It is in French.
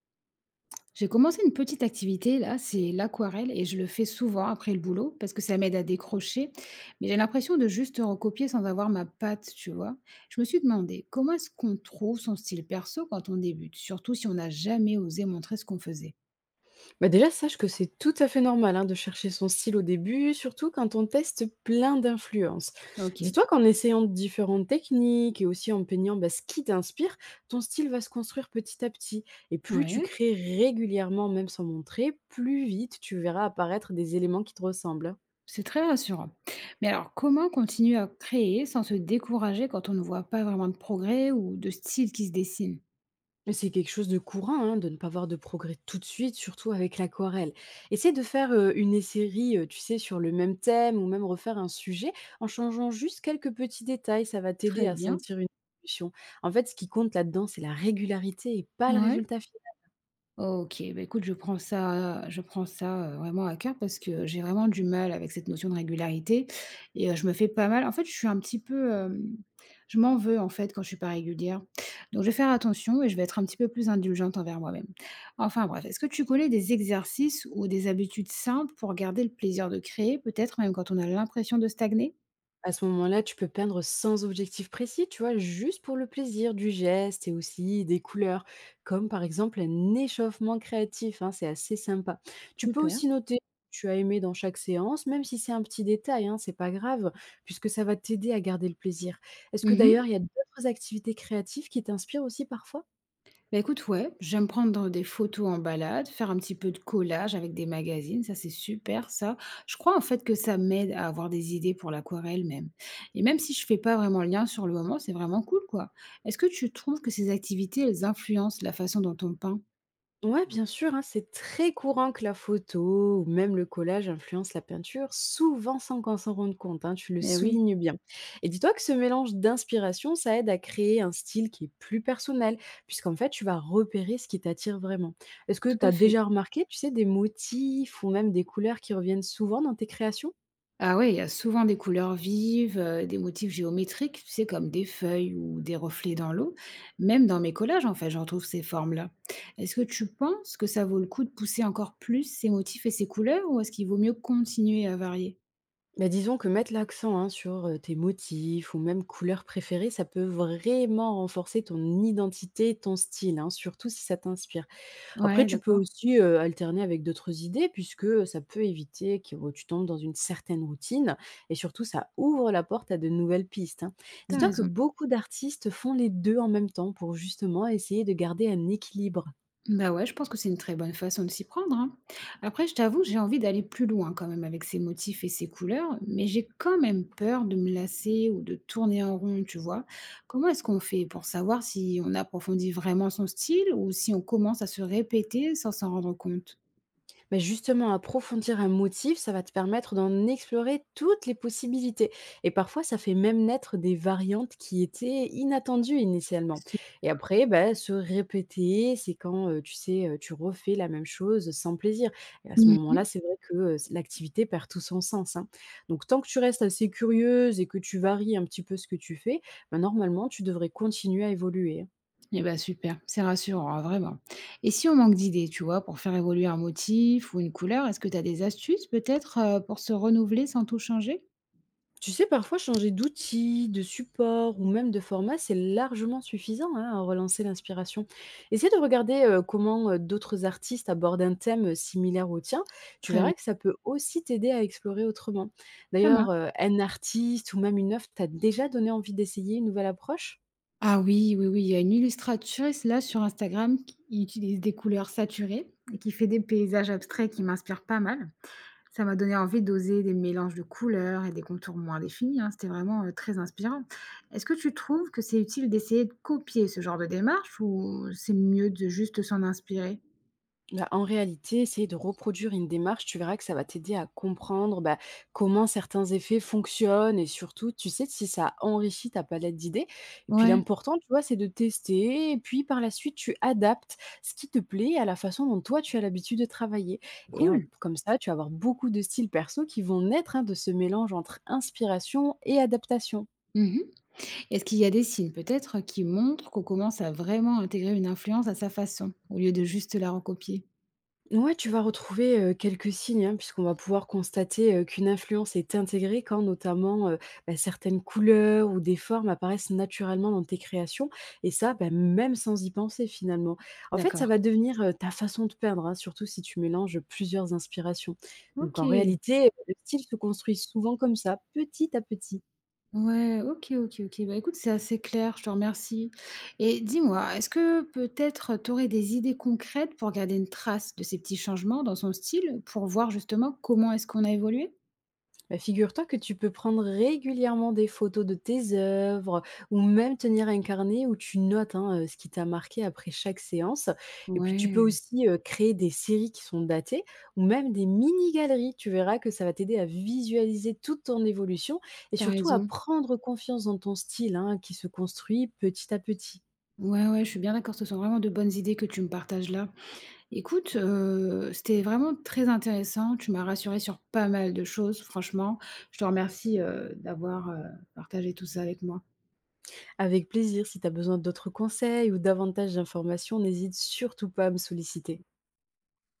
J'ai commencé une petite activité là, c'est l'aquarelle et je le fais souvent après le boulot parce que ça m'aide à décrocher. Mais j'ai l'impression de juste recopier sans avoir ma patte, tu vois. Je me suis demandé comment est-ce qu'on trouve son style perso quand on débute, surtout si on n'a jamais osé montrer ce qu'on faisait. Bah, déjà, sache que c'est tout à fait normal hein, de chercher son style au début, surtout quand on teste plein d'influences. Ok, Dis-toi qu'en essayant différentes techniques et aussi en peignant bah, ce qui t'inspire, ton style va se construire petit à petit. Et plus tu ouais, crées régulièrement, même sans montrer, plus vite tu verras apparaître des éléments qui te ressemblent. c'est très rassurant. Mais alors, comment continuer à créer sans se décourager quand on ne voit pas vraiment de progrès ou de style qui se dessine? Mais c'est quelque chose de courant, hein, de ne pas voir de progrès tout de suite, surtout avec l'aquarelle. Essaie de faire une série, tu sais, sur le même thème ou même refaire un sujet en changeant juste quelques petits détails. Ça va t'aider Très à bien, sentir une évolution. En fait, ce qui compte là-dedans, c'est la régularité et pas le ouais. résultat. OK, bah, écoute, je prends ça, vraiment à cœur parce que j'ai vraiment du mal avec cette notion de régularité. Et je me fais pas mal, en fait, je suis un petit peu, je m'en veux, en fait, quand je suis pas régulière. Donc je vais faire attention et je vais être un petit peu plus indulgente envers moi-même. Enfin bref, est-ce que tu connais des exercices ou des habitudes simples pour garder le plaisir de créer, peut-être même quand on a l'impression de stagner? À ce moment-là, tu peux peindre sans objectif précis, tu vois, juste pour le plaisir du geste et aussi des couleurs, comme par exemple un échauffement créatif, hein, c'est assez sympa. Tu peux Super. aussi noter ce que tu as aimé dans chaque séance, même si c'est un petit détail, hein, c'est pas grave, puisque ça va t'aider à garder le plaisir. Est-ce que Mmh. d'ailleurs, il y a d'autres activités créatives qui t'inspirent aussi parfois? Bah, écoute, ouais, j'aime prendre des photos en balade, faire un petit peu de collage avec des magazines, ça c'est super ça. Je crois en fait que ça m'aide à avoir des idées pour l'aquarelle même. Et même si je fais pas vraiment le lien sur le moment, c'est vraiment cool quoi. Est-ce que tu trouves que ces activités, elles influencent la façon dont on peint? Ouais, bien sûr, hein, c'est très courant que la photo ou même le collage influence la peinture, souvent sans qu'on s'en rende compte, hein, tu le Eh oui, soulignes bien. Et dis-toi que ce mélange d'inspiration, ça aide à créer un style qui est plus personnel, puisqu'en fait, tu vas repérer ce qui t'attire vraiment. Est-ce que tout tu à as fait. déjà remarqué, tu sais, des motifs ou même des couleurs qui reviennent souvent dans tes créations? Ah ouais, il y a souvent des couleurs vives, des motifs géométriques, tu sais, comme des feuilles ou des reflets dans l'eau. Même dans mes collages, en fait, j'en trouve ces formes-là. Est-ce que tu penses que ça vaut le coup de pousser encore plus ces motifs et ces couleurs ou est-ce qu'il vaut mieux continuer à varier? Bah, disons que mettre l'accent hein, sur tes motifs ou même couleurs préférées, ça peut vraiment renforcer ton identité et ton style, hein, surtout si ça t'inspire. Après, Ouais, tu peux d'accord. aussi, alterner avec d'autres idées puisque, ça peut éviter que tu tombes dans une certaine routine et surtout ça ouvre la porte à de nouvelles pistes, hein. T'as Dis-toi que raison. beaucoup d'artistes font les 2 en même temps pour justement essayer de garder un équilibre. Bah ouais, je pense que c'est une très bonne façon de s'y prendre, hein. Après, je t'avoue, j'ai envie d'aller plus loin quand même avec ces motifs et ces couleurs, mais j'ai quand même peur de me lasser ou de tourner en rond, tu vois. Comment est-ce qu'on fait pour savoir si on approfondit vraiment son style ou si on commence à se répéter sans s'en rendre compte? Mais justement, approfondir un motif, ça va te permettre d'en explorer toutes les possibilités. Et parfois, ça fait même naître des variantes qui étaient inattendues initialement. Su- Et après, ben, se répéter, c'est quand, tu sais, tu refais la même chose sans plaisir. Et à ce moment-là, c'est vrai que l'activité perd tout son sens, hein. Donc, tant que tu restes assez curieuse et que tu varies un petit peu ce que tu fais, ben, normalement, tu devrais continuer à évoluer, hein. Et ben super, c'est rassurant, hein, vraiment. Et si on manque d'idées, tu vois, pour faire évoluer un motif ou une couleur, est-ce que tu as des astuces peut-être pour se renouveler sans tout changer? Tu sais, parfois changer d'outil, de support ou même de format, c'est largement suffisant hein, à relancer l'inspiration. Essaie de regarder comment d'autres artistes abordent un thème similaire au tien. Tu Très bien, verras que ça peut aussi t'aider à explorer autrement. ça D'ailleurs, marche. Un artiste ou même une œuvre t'a déjà donné envie d'essayer une nouvelle approche? Ah oui, oui, oui, il y a une illustratrice là sur Instagram qui utilise des couleurs saturées et qui fait des paysages abstraits qui m'inspirent pas mal. Ça m'a donné envie d'oser des mélanges de couleurs et des contours moins définis, hein. C'était vraiment très inspirant. Est-ce que tu trouves que c'est utile d'essayer de copier ce genre de démarche ou c'est mieux de juste s'en inspirer? Bah, en réalité, essayer de reproduire une démarche, tu verras que ça va t'aider à comprendre bah, comment certains effets fonctionnent et surtout, tu sais, si ça enrichit ta palette d'idées. Et puis Ouais, l'important, tu vois, c'est de tester et puis par la suite, tu adaptes ce qui te plaît à la façon dont toi, tu as l'habitude de travailler. Et cool. comme ça, tu vas avoir beaucoup de styles perso qui vont naître hein, de ce mélange entre inspiration et adaptation. Mhm. Est-ce qu'il y a des signes peut-être qui montrent qu'on commence à vraiment intégrer une influence à sa façon au lieu de juste la recopier? Ouais, tu vas retrouver, quelques signes, hein, puisqu'on va pouvoir constater, qu'une influence est intégrée quand notamment, bah, certaines couleurs ou des formes apparaissent naturellement dans tes créations et ça, bah, même sans y penser finalement. En fait, ça D'accord. va devenir, ta façon de peindre, hein, surtout si tu mélanges plusieurs inspirations. Donc Ok. en réalité, le style se construit souvent comme ça, petit à petit. Ouais, OK, OK, OK. Bah, écoute, c'est assez clair, je te remercie, et dis-moi, est-ce que peut-être tu aurais des idées concrètes pour garder une trace de ces petits changements dans son style, pour voir justement comment est-ce qu'on a évolué? Bah, figure-toi que tu peux prendre régulièrement des photos de tes œuvres ou même tenir un carnet où tu notes hein, ce qui t'a marqué après chaque séance. Et puis tu peux Ouais, aussi créer des séries qui sont datées ou même des mini-galeries. Tu verras que ça va t'aider à visualiser toute ton évolution et t'as surtout à raison. prendre confiance dans ton style hein, qui se construit petit à petit. Ouais, ouais, je suis bien d'accord, ce sont vraiment de bonnes idées que tu me partages là. Écoute, c'était vraiment très intéressant, tu m'as rassuré sur pas mal de choses, franchement. Je te remercie, d'avoir, partagé tout ça avec moi. Avec plaisir, si tu as besoin d'autres conseils ou davantage d'informations, n'hésite surtout pas à me solliciter.